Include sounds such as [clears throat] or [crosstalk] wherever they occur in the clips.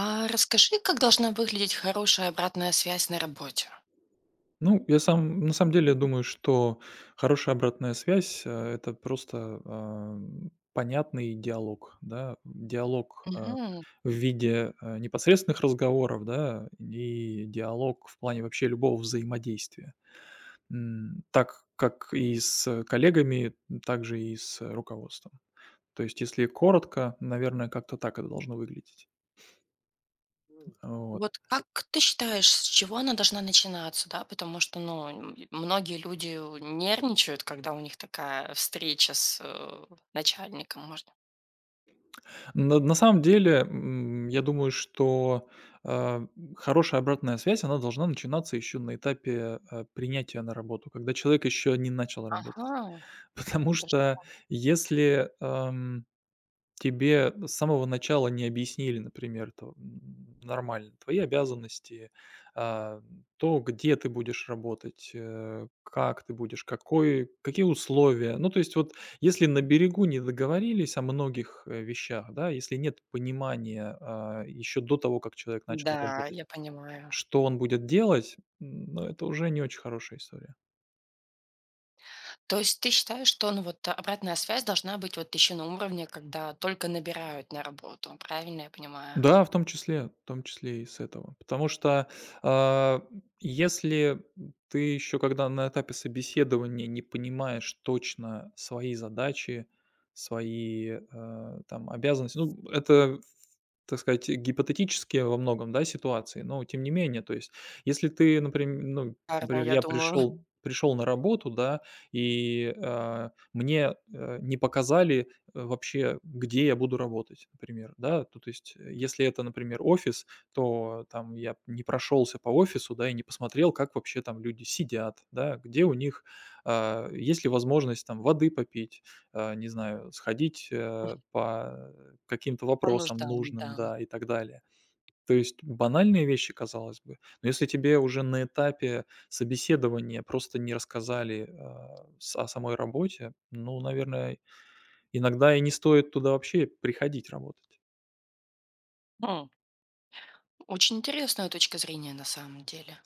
А расскажи, как должна выглядеть хорошая обратная связь на работе? Ну, я сам на самом деле, я думаю, что хорошая обратная связь, это просто, понятный диалог, да. Диалог, Мгм. в виде, непосредственных разговоров, да, и диалог в плане вообще любого взаимодействия. Так как и с коллегами, так же и с руководством. То есть, если коротко, наверное, как-то так это должно выглядеть. Вот. Вот как ты считаешь, с чего она должна начинаться, да? Потому что, ну, многие люди нервничают, когда у них такая встреча с начальником, может. На самом деле, я думаю, что, а, хорошая обратная связь, она должна начинаться еще на этапе, принятия на работу, когда человек еще не начал работать. Ага, [laughs] Потому даже- что если, ам тебе с самого начала не объяснили, например, то, нормально твои обязанности, а, то, где ты будешь работать, как ты будешь, какой какие условия. Ну, то есть вот если на берегу не договорились о многих, вещах, да, если нет понимания, еще до того, как человек начал да, работать, я понимаю. что он будет делать, ну, это уже не очень хорошая история. То есть ты считаешь, что, ну, вот обратная связь должна быть вот еще на уровне, когда только набирают на работу, правильно я понимаю? Да, в том числе и с этого. Потому что, а, если ты еще, когда на этапе собеседования не понимаешь точно свои задачи, свои, там, обязанности, ну, это, так сказать, гипотетические во многом, да, ситуации, но тем не менее, то есть, если ты, например, ну, Наверное, например, я я думаю, [laughs] пришел на работу, да, и, мне, не показали вообще, где я буду работать, например, да. То есть, если это, например, офис, то там я не прошелся по офису, да, и не посмотрел, как вообще там люди сидят, да, где у них, есть ли возможность там воды попить, не знаю, сходить, по каким-то по вопросам нуждам, нужным, да, и так далее. То есть банальные вещи, казалось бы, но если тебе уже на этапе собеседования просто не рассказали, с о самой работе, ну, наверное, иногда и не стоит туда вообще приходить работать. да. Очень интересная точка зрения на самом деле.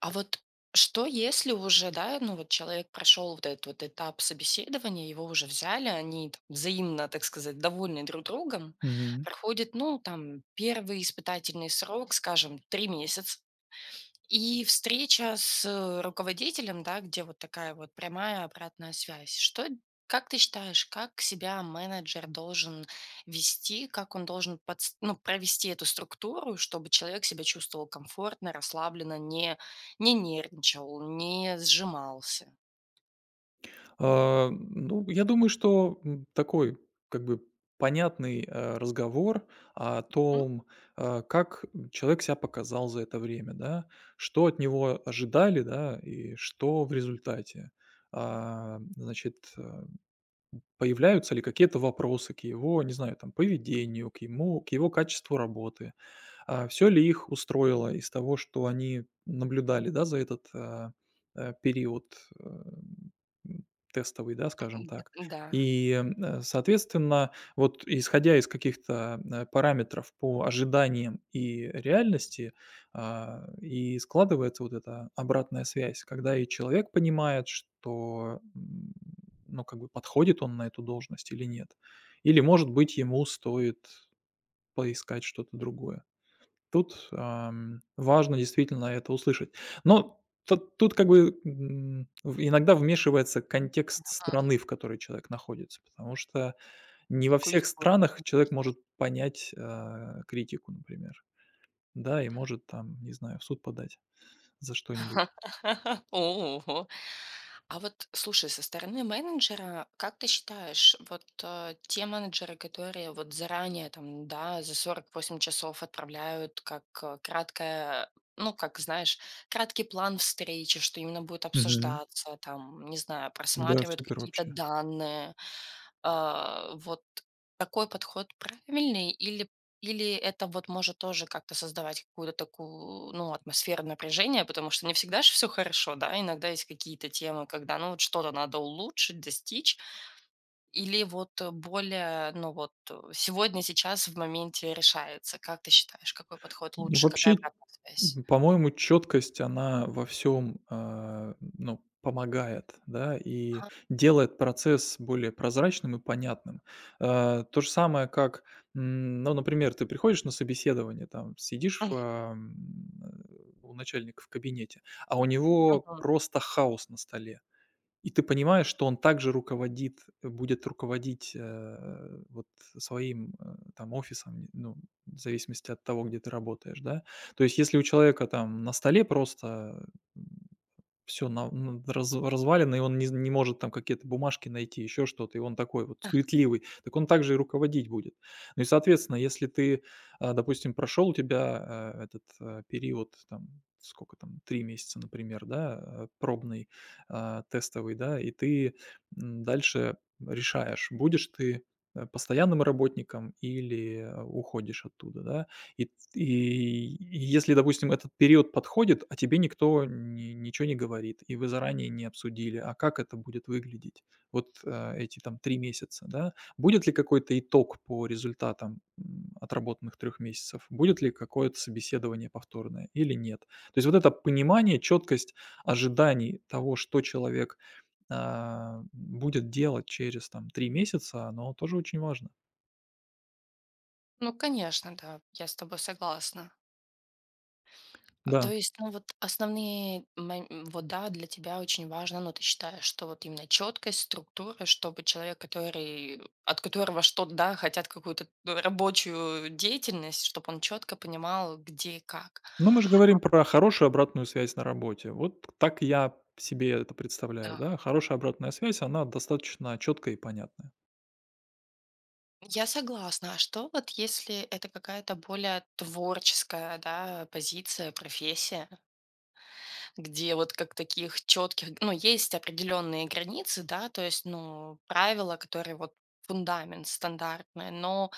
А вот что если уже, да, ну, вот человек прошел вот этот вот этап собеседования, его уже взяли, они там взаимно, так сказать, довольны друг другом, Мгм. проходит, ну, там, первый испытательный срок, скажем, 3 месяца, и встреча с, руководителем, да, где вот такая вот прямая обратная связь. Что как ты считаешь, как себя менеджер должен вести, как он должен подс ну, провести эту структуру, чтобы человек себя чувствовал комфортно, расслабленно, не не нервничал, не сжимался? Ну, я думаю, что, такой, как бы, понятный, разговор о М, том, как человек себя показал за это время, да, что от него ожидали, да, и что в результате. Значит, появляются ли какие-то вопросы к его, не знаю, там, поведению, к его качеству работы. Все ли их устроило из того, что они наблюдали, да, за этот, период, м, тестовый, да, скажем д так? да. И, соответственно, вот исходя из каких-то, параметров по ожиданиям и реальности, и складывается вот эта обратная связь, когда и человек понимает, что, ну, как бы подходит он на эту должность или нет. Или, может быть, ему стоит поискать что-то другое. Тут, важно действительно это услышать. Но тут как бы, в иногда вмешивается контекст Ага. страны, в которой человек находится, потому что не во всех Культура, странах человек конечно. может понять, критику, например. Да, и может там, не знаю, в суд подать за что-нибудь. [laughs] О. А вот слушай, со стороны менеджера, как ты считаешь, вот те менеджеры, которые вот заранее там, да, за 48 часов отправляют как краткое, ну, как знаешь, краткий план встречи, что именно будет Мгм. обсуждаться, там, не знаю, Да, просматривают супер какие-то вообще. данные, вот такой подход правильный, или или это вот может тоже как-то создавать какую-то такую, ну, атмосферу напряжения, потому что не всегда же все хорошо, да, иногда есть какие-то темы, когда, ну, вот что-то надо улучшить, достичь, или вот более, ну, вот сегодня, сейчас, в моменте решается. Как ты считаешь, какой подход Ну, лучше, вообще, какая обратная связь? По-моему, четкость, она во всем, ну, помогает, да, и Ага. делает процесс более прозрачным и понятным. То же самое, как, ну, например, ты приходишь на собеседование, там сидишь, у начальника в кабинете, а у него Мгм. просто хаос на столе. И ты понимаешь, что он также руководит, будет руководить, вот своим, там офисом, не ну, в зависимости от того, где ты работаешь, да. То есть, если у человека там на столе просто, все развалено, и он не может там какие-то бумажки найти, еще что-то, и он такой вот суетливый. Так он также и руководить будет. Ну и, соответственно, если ты, допустим, прошел у тебя, этот, период, там, сколько там, 3 месяца, например, да, пробный, тестовый, да, и ты, дальше решаешь, будешь ты, постоянным работником или, уходишь оттуда, да. И если, допустим, этот период подходит, а тебе никто ни ничего не говорит, и вы заранее не обсудили, а как это будет выглядеть, вот, эти там 3 месяца, да. Будет ли какой-то итог по результатам, отработанных 3 месяцев? Будет ли какое-то собеседование повторное или нет? То есть вот это понимание, четкость ожиданий того, что человек, будет делать через там 3 месяца, оно тоже очень важно. Ну, конечно, да, я с тобой согласна. А, Да. то есть, ну, вот основные, вот, да, для тебя очень важно, но ты считаешь, что вот именно четкость, структура, чтобы человек, который, от которого что-то, да, хотят какую-то рабочую деятельность, чтобы он четко понимал, где и как. Ну, мы же говорим про хорошую обратную связь на работе. Вот так я себе это представляю, Да. да. Хорошая обратная связь, она достаточно четкая и понятная. Я согласна. А что вот если это какая-то более творческая, да, позиция, профессия, где вот как таких четких, ну, есть определенные границы, да, то есть, ну, правила, которые вот фундамент стандартный, но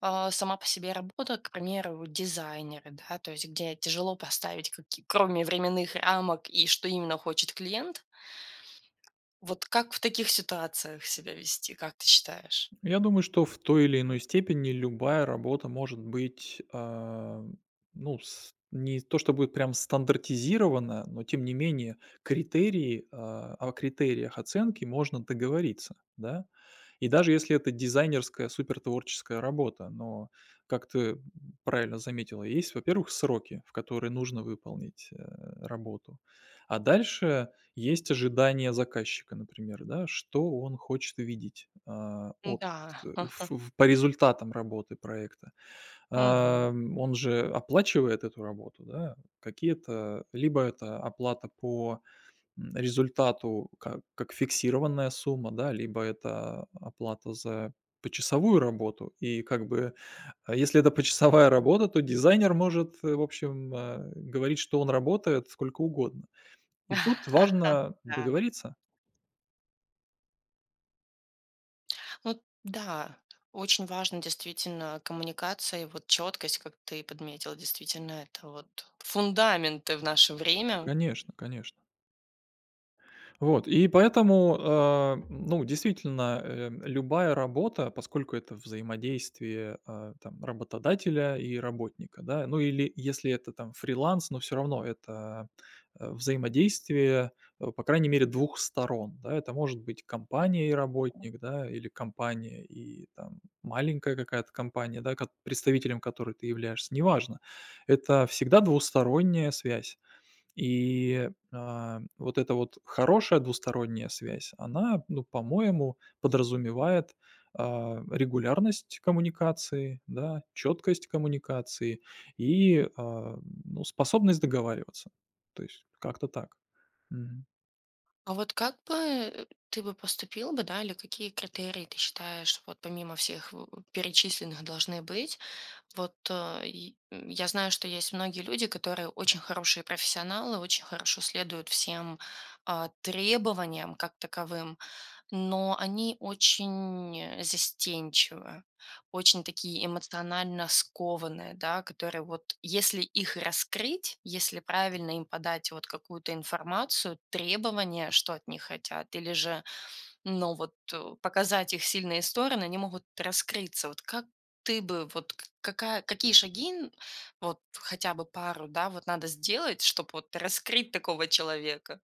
а, сама по себе работа, к примеру, дизайнеры, да, то есть где тяжело поставить, каки кроме временных рамок и что именно хочет клиент. Вот как в таких ситуациях себя вести, как ты считаешь? Я думаю, что в той или иной степени любая работа может быть, ну, не то, что будет прям стандартизирована, но тем не менее критерии, о критериях оценки можно договориться, да. И даже если это дизайнерская супертворческая работа, но, как ты правильно заметила, есть, во-первых, сроки, в которые нужно выполнить работу, а дальше есть ожидания заказчика, например, да, что он хочет видеть от Да, э, ха. в по результатам работы проекта. Мгм. Он же оплачивает эту работу, да? Какие-то либо это оплата по, результату, как фиксированная сумма, да, либо это оплата за почасовую работу. И как бы, а если это почасовая работа, то дизайнер может, в общем, говорить, что он работает сколько угодно. И тут важно [laughs] Да. договориться. Ну, да, очень важно действительно коммуникация и вот четкость, как ты подметил. Действительно, это вот фундаменты в наше время. Конечно, конечно. Вот, и поэтому, ну, действительно, любая работа, поскольку это взаимодействие там, работодателя и работника, да, ну или если это там фриланс, но все равно это взаимодействие, по крайней мере, двух сторон, да, это может быть компания и работник, да, или компания и там маленькая какая-то компания, да, представителем которой ты являешься, неважно. Это всегда двусторонняя связь. И, вот эта вот хорошая двусторонняя связь, она, ну, по-моему, подразумевает, регулярность коммуникации, да, четкость коммуникации и, ну, способность договариваться. То есть как-то так. Мгм. А вот как бы ты бы поступил бы, да, или какие критерии ты считаешь, вот помимо всех перечисленных должны быть, вот, и, я знаю, что есть многие люди, которые очень хорошие профессионалы, очень хорошо следуют всем, требованиям как таковым, но они очень, застенчивы, очень такие эмоционально скованные, да, которые вот если их раскрыть, если правильно им подать вот какую-то информацию, требования, что от них хотят, или же, но вот, показать их сильные стороны, они могут раскрыться. Вот как ты бы, вот к какая какие шаги, н вот хотя бы пару, да, вот надо сделать, чтобы вот раскрыть такого человека?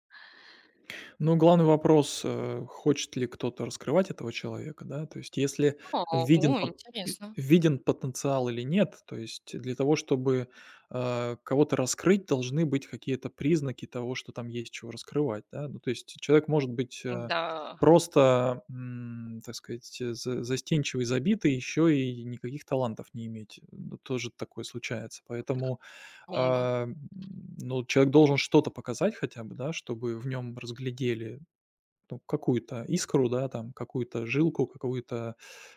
Ну, главный вопрос, хочет ли кто-то раскрывать этого человека, да. То есть если О, виден о, пот ви интересно. виден потенциал или нет. То есть для того, чтобы, кого-то раскрыть, должны быть какие-то признаки того, что там есть чего раскрывать, да. Ну, то есть человек может быть, Да, просто, так сказать, за застенчивый, забитый, еще и никаких талантов не иметь. Ну, тоже такое случается. Поэтому бомба. а, ну, человек должен что-то показать хотя бы, да, чтобы в нем разглядели, ну, какую-то искру, да, там, какую-то жилку, какую-то,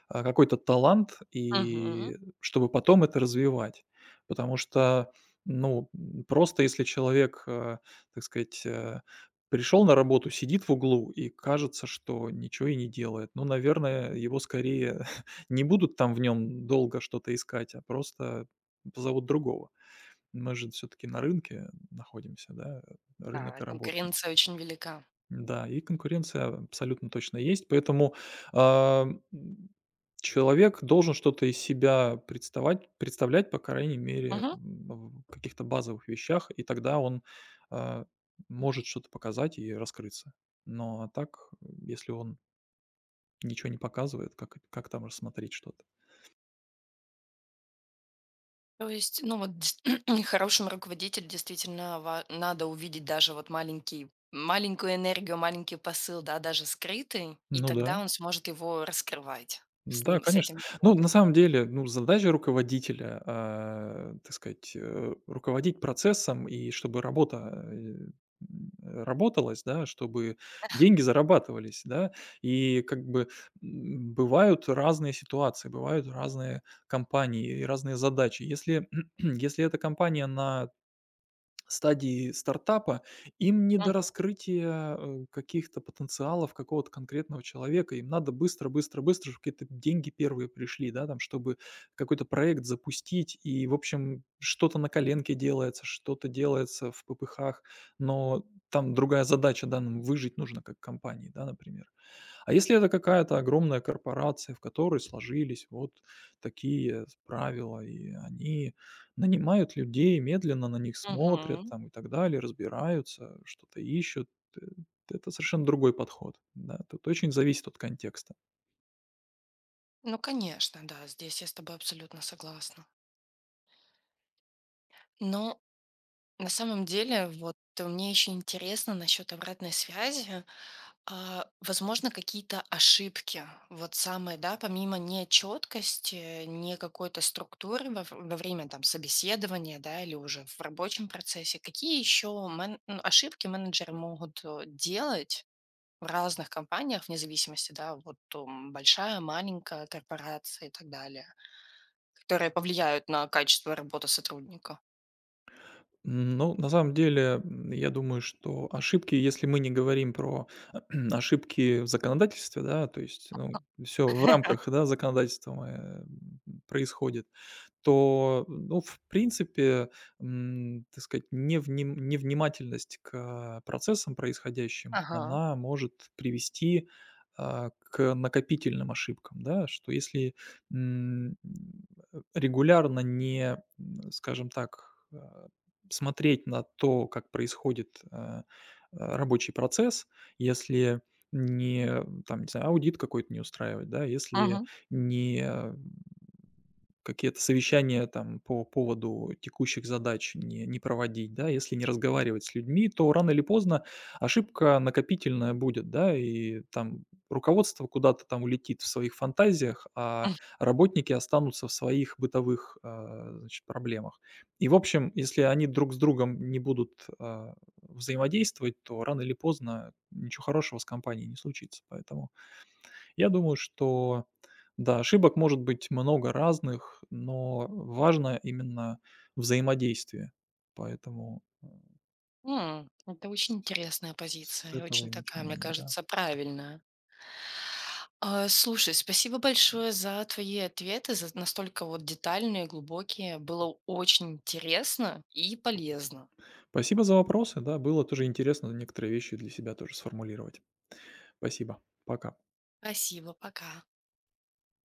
какой-то талант, Мгм. и чтобы потом это развивать. Потому что, ну, просто если человек, так сказать, пришел на работу, сидит в углу и кажется, что ничего и не делает, ну, наверное, его скорее [laughs] не будут там в нем долго что-то искать, а просто позовут другого. Мы же все таки на рынке находимся, да, рынок Да, работы. конкуренция очень велика. Да, и конкуренция абсолютно точно есть, поэтому, а, м, человек должен что-то из себя представать представлять, по крайней мере, Мгм. В каких-то базовых вещах, и тогда он, а, может что-то показать и раскрыться. Но, а так, если он ничего не показывает, как там рассмотреть что-то? То есть, ну, вот, дес [clears throat] хорошему руководителю действительно ва надо увидеть даже вот маленький маленькую энергию, маленький посыл, да, даже скрытый, и Ну да. тогда он сможет его раскрывать, с Да, ним, с конечно. этим Ну, на работать. самом деле, ну, задача руководителя, так сказать, руководить процессом и чтобы работа, э, работалась, да, чтобы деньги зарабатывались, да. И как бы, бывают разные ситуации, бывают разные компании и разные задачи. Если [clears throat] Если эта компания на стадии стартапа, им не до Мгм, раскрытия, каких-то потенциалов какого-то конкретного человека. Им надо быстро, быстро, быстро, чтоб какие-то деньги первые пришли, да, там, чтобы какой-то проект запустить. И, в общем, что-то на коленке делается, что-то делается в ППХах, но там другая задача, да, нам выжить нужно как компании, да, например. А если это какая-то огромная корпорация, в которой сложились вот такие правила, и они нанимают людей, медленно на них смотрят мгм. там и так далее, разбираются, что-то ищут, э, это совершенно другой подход. Да? Тут очень зависит от контекста. Ну, конечно, да, здесь я с тобой абсолютно согласна. Но на самом деле, вот мне еще интересно насчет обратной связи. А, возможно, какие-то ошибки. Вот самые, да, помимо нечеткости, не какой-то структуры во время там собеседования, да, или уже в рабочем процессе, какие еще, ну, ошибки менеджеры могут делать в разных компаниях, вне зависимости, да, вот большая, маленькая корпорация и так далее, которые повлияют на качество работы сотрудника. Ну, на самом деле, я думаю, что ошибки, если мы не говорим про [clears throat] ошибки в законодательстве, да, то есть, ну, все в рамках, да, законодательства происходит, то, ну, в принципе, так сказать, невнимательность к процессам происходящим, Ага. она может привести, к накопительным ошибкам, да. Что если, м, регулярно не, скажем так, смотреть на то, как происходит, рабочий процесс, если не, там, не знаю, аудит какой-то не устраивать, да, если Мгм. не, какие-то совещания там по поводу текущих задач не проводить, да. Если не разговаривать с людьми, то рано или поздно ошибка накопительная будет, да, и там руководство куда-то там улетит в своих фантазиях, а работники останутся в своих бытовых, а, значит, проблемах. И, в общем, если они друг с другом не будут, взаимодействовать, то рано или поздно ничего хорошего с компанией не случится, поэтому я думаю, что да, ошибок может быть много разных, но важно именно взаимодействие. Поэтому, М, это очень с интересная с позиция и этого очень и такая, мне начинаем, да. кажется, правильная. А, слушай, спасибо большое за твои ответы, за настолько вот детальные, глубокие. Было очень интересно и полезно. Спасибо за вопросы. Да, было тоже интересно некоторые вещи для себя тоже сформулировать. Спасибо. Пока. Спасибо, пока.